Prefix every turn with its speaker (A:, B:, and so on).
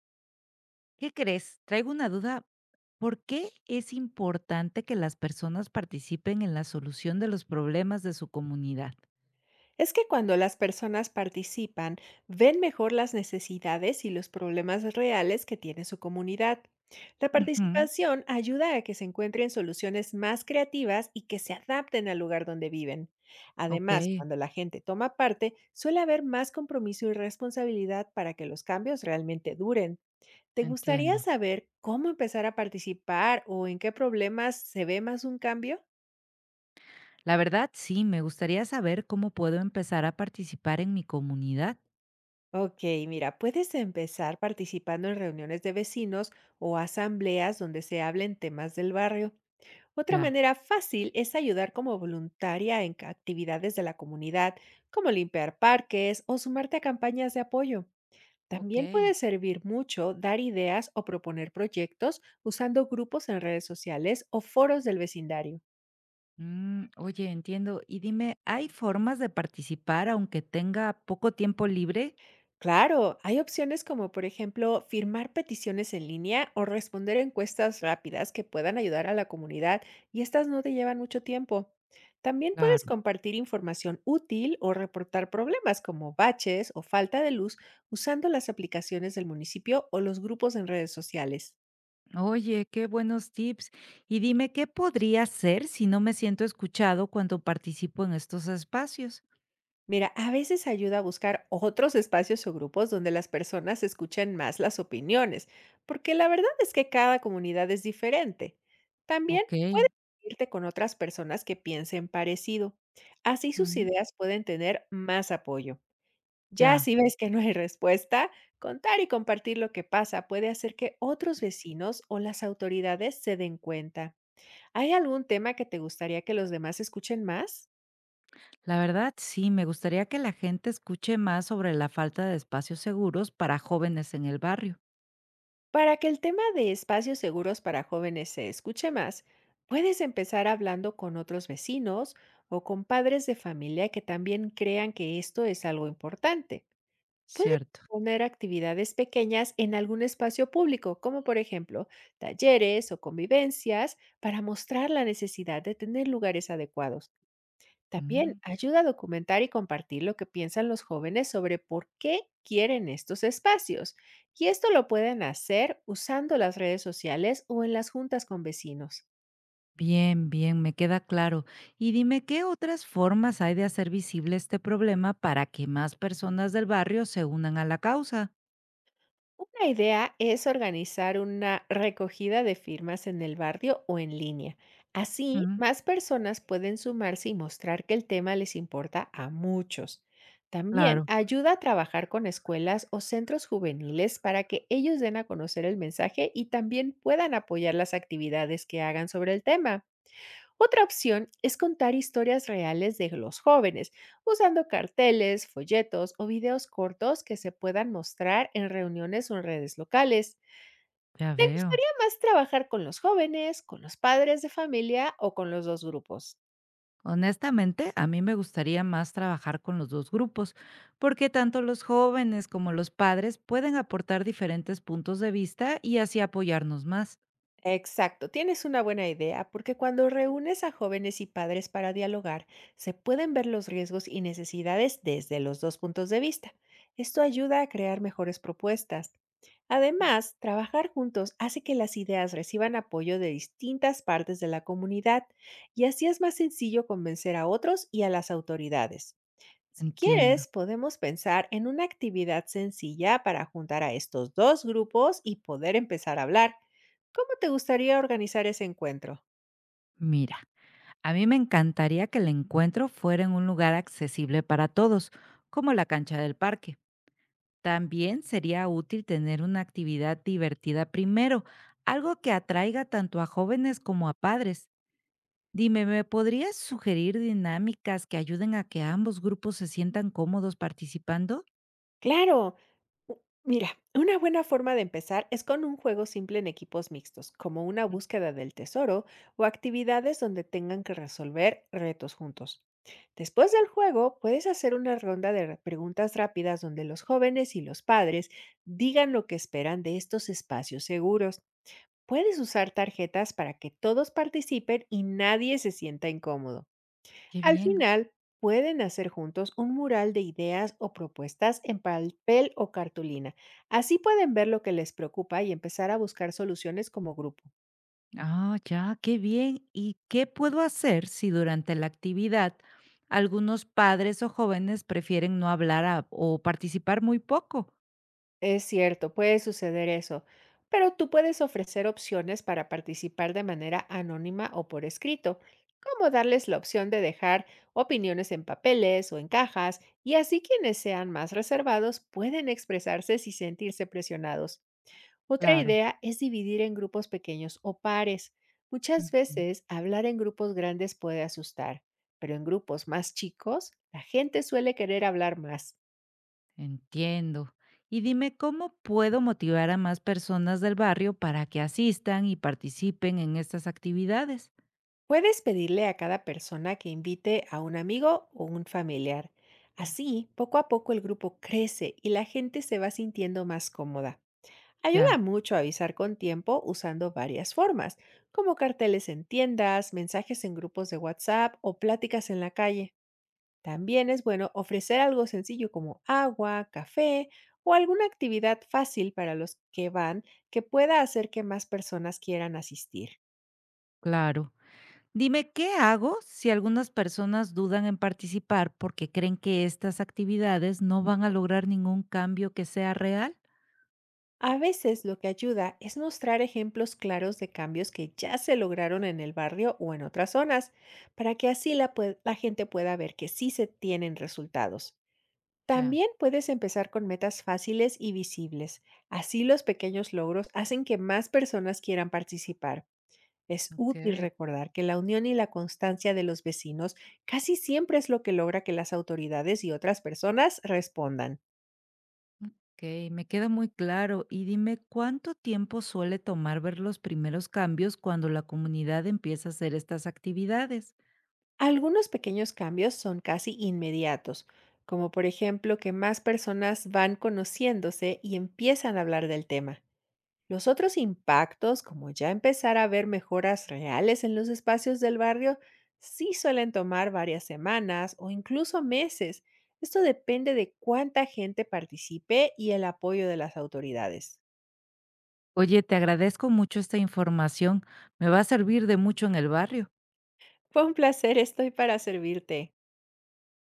A: ¿Qué crees? Traigo una duda. ¿Por qué es importante que las personas participen en la solución de los problemas de su comunidad?
B: Es que cuando las personas participan, ven mejor las necesidades y los problemas reales que tiene su comunidad. La
A: Ujú.
B: participación ayuda a que se encuentren soluciones más creativas y que se adapten al lugar donde viven.
A: Ok,
B: Además, cuando la gente toma parte, suele haber más compromiso y responsabilidad para que los cambios realmente duren. ¿Te
A: entiendo.
B: gustaría saber cómo empezar a participar o en qué problemas se ve más un cambio?
A: La verdad, sí, me gustaría saber cómo puedo empezar a participar en mi comunidad.
B: Ok, mira, puedes empezar participando en reuniones de vecinos o asambleas donde se hablen temas del barrio. Otra
A: Ya,
B: manera fácil es ayudar como voluntaria en actividades de la comunidad, como limpiar parques o sumarte a campañas de apoyo. También
A: ok.
B: puede servir mucho dar ideas o proponer proyectos usando grupos en redes sociales o foros del vecindario.
A: Mm, oye, entiendo. Y dime, ¿hay formas de participar aunque tenga poco tiempo libre?
B: Claro, hay opciones como, por ejemplo, firmar peticiones en línea o responder encuestas rápidas que puedan ayudar a la comunidad, y estas no te llevan mucho tiempo. También puedes compartir información útil o reportar problemas como baches o falta de luz usando las aplicaciones del municipio o los grupos en redes sociales.
A: Oye, qué buenos tips. Y dime, ¿qué podría hacer si no me siento escuchado cuando participo en estos espacios?
B: Mira, a veces ayuda a buscar otros espacios o grupos donde las personas escuchen más las opiniones, porque la verdad es que cada comunidad es diferente. También
A: Ok.
B: puedes irte con otras personas que piensen parecido. Así sus
A: Mm.
B: ideas pueden tener más apoyo. Ya
A: Ya,
B: si ves que no hay respuesta, contar y compartir lo que pasa puede hacer que otros vecinos o las autoridades se den cuenta. ¿Hay algún tema que te gustaría que los demás escuchen más?
A: la verdad sí, me gustaría que la gente escuche más sobre la falta de espacios seguros para jóvenes en el barrio.
B: Para que el tema de espacios seguros para jóvenes se escuche más, puedes empezar hablando con otros vecinos o con padres de familia que también crean que esto es algo importante. Puedes
A: Cierto.
B: poner actividades pequeñas en algún espacio público, como por ejemplo talleres o convivencias, para mostrar la necesidad de tener lugares adecuados. También
A: Mm.
B: ayuda a documentar y compartir lo que piensan los jóvenes sobre por qué quieren estos espacios. Y esto lo pueden hacer usando las redes sociales o en las juntas con vecinos.
A: Bien, bien, me queda claro. Y dime, ¿qué otras formas hay de hacer visible este problema para que más personas del barrio se unan a la causa?
B: Una idea es organizar una recogida de firmas en el barrio o en línea. Así,
A: Mm.
B: más personas pueden sumarse y mostrar que el tema les importa a muchos. También
A: Claro,
B: ayuda a trabajar con escuelas o centros juveniles para que ellos den a conocer el mensaje y también puedan apoyar las actividades que hagan sobre el tema. Otra opción es contar historias reales de los jóvenes, usando carteles, folletos o videos cortos que se puedan mostrar en reuniones o en redes locales.
A: ya
B: ¿Te
A: veo.
B: gustaría más trabajar con los jóvenes, con los padres de familia o con los dos grupos?
A: Honestamente, a mí me gustaría más trabajar con los dos grupos, porque tanto los jóvenes como los padres pueden aportar diferentes puntos de vista y así apoyarnos más.
B: Exacto, tienes una buena idea porque cuando reúnes a jóvenes y padres para dialogar, se pueden ver los riesgos y necesidades desde los dos puntos de vista. Esto ayuda a crear mejores propuestas.
A: Mm.
B: Además, trabajar juntos hace que las ideas reciban apoyo de distintas partes de la comunidad, y así es más sencillo convencer a otros y a las autoridades. Si
A: Entiendo.
B: quieres, podemos pensar en una actividad sencilla para juntar a estos dos grupos y poder empezar a hablar. ¿Cómo te gustaría organizar ese encuentro?
A: Mira, a mí me encantaría que el encuentro fuera en un lugar accesible para todos, como la cancha del parque. También sería útil tener una actividad divertida primero, algo que atraiga tanto a jóvenes como a padres. Dime, ¿me podrías sugerir dinámicas que ayuden a que ambos grupos se sientan cómodos participando?
B: Claro, mira, una buena forma de empezar es con un juego simple en equipos mixtos, como una búsqueda del tesoro o actividades donde tengan que resolver retos juntos. Después del juego, puedes hacer una ronda de preguntas rápidas donde los jóvenes y los padres digan lo que esperan de estos espacios seguros. Puedes usar tarjetas para que todos participen y nadie se sienta incómodo.
A: Qué
B: Al
A: bien.
B: final, pueden hacer juntos un mural de ideas o propuestas en papel o cartulina. Así pueden ver lo que les preocupa y empezar a buscar soluciones como grupo.
A: Ah, ya, qué bien. ¿Y qué puedo hacer si durante la actividad algunos padres o jóvenes prefieren no hablar o participar muy poco?
B: Es cierto, puede suceder eso, pero tú puedes ofrecer opciones para participar de manera anónima o por escrito, como darles la opción de dejar opiniones en papeles o en cajas, y así quienes sean más reservados pueden expresarse sin sentirse presionados. Otra
A: Claro.
B: idea es dividir en grupos pequeños o pares. Muchas
A: Ujú.
B: veces hablar en grupos grandes puede asustar, pero en grupos más chicos la gente suele querer hablar más.
A: Entiendo. Y dime, ¿cómo puedo motivar a más personas del barrio para que asistan y participen en estas actividades?
B: Puedes pedirle a cada persona que invite a un amigo o un familiar. Así, poco a poco el grupo crece y la gente se va sintiendo más cómoda. Ayuda
A: Ya,
B: mucho a avisar con tiempo usando varias formas, como carteles en tiendas, mensajes en grupos de WhatsApp o pláticas en la calle. También es bueno ofrecer algo sencillo como agua, café o alguna actividad fácil para los que van, que pueda hacer que más personas quieran asistir.
A: claro. Dime, ¿qué hago si algunas personas dudan en participar porque creen que estas actividades no van a lograr ningún cambio que sea real?
B: A veces lo que ayuda es mostrar ejemplos claros de cambios que ya se lograron en el barrio o en otras zonas, para que así la gente pueda ver que sí se tienen resultados.
A: Ya,
B: También puedes empezar con metas fáciles y visibles. Así los pequeños logros hacen que más personas quieran participar. Es útil
A: ok.
B: recordar que la unión y la constancia de los vecinos casi siempre es lo que logra que las autoridades y otras personas respondan.
A: Ok, me queda muy claro. Y dime, ¿cuánto tiempo suele tomar ver los primeros cambios cuando la comunidad empieza a hacer estas actividades?
B: Algunos pequeños cambios son casi inmediatos, como por ejemplo que más personas van conociéndose y empiezan a hablar del tema. Los otros impactos, como ya empezar a ver mejoras reales en los espacios del barrio, sí suelen tomar varias semanas o incluso meses. Esto depende de cuánta gente participe y el apoyo de las autoridades.
A: Oye, te agradezco mucho esta información. Me va a servir de mucho en el barrio.
B: Fue un placer, estoy para servirte.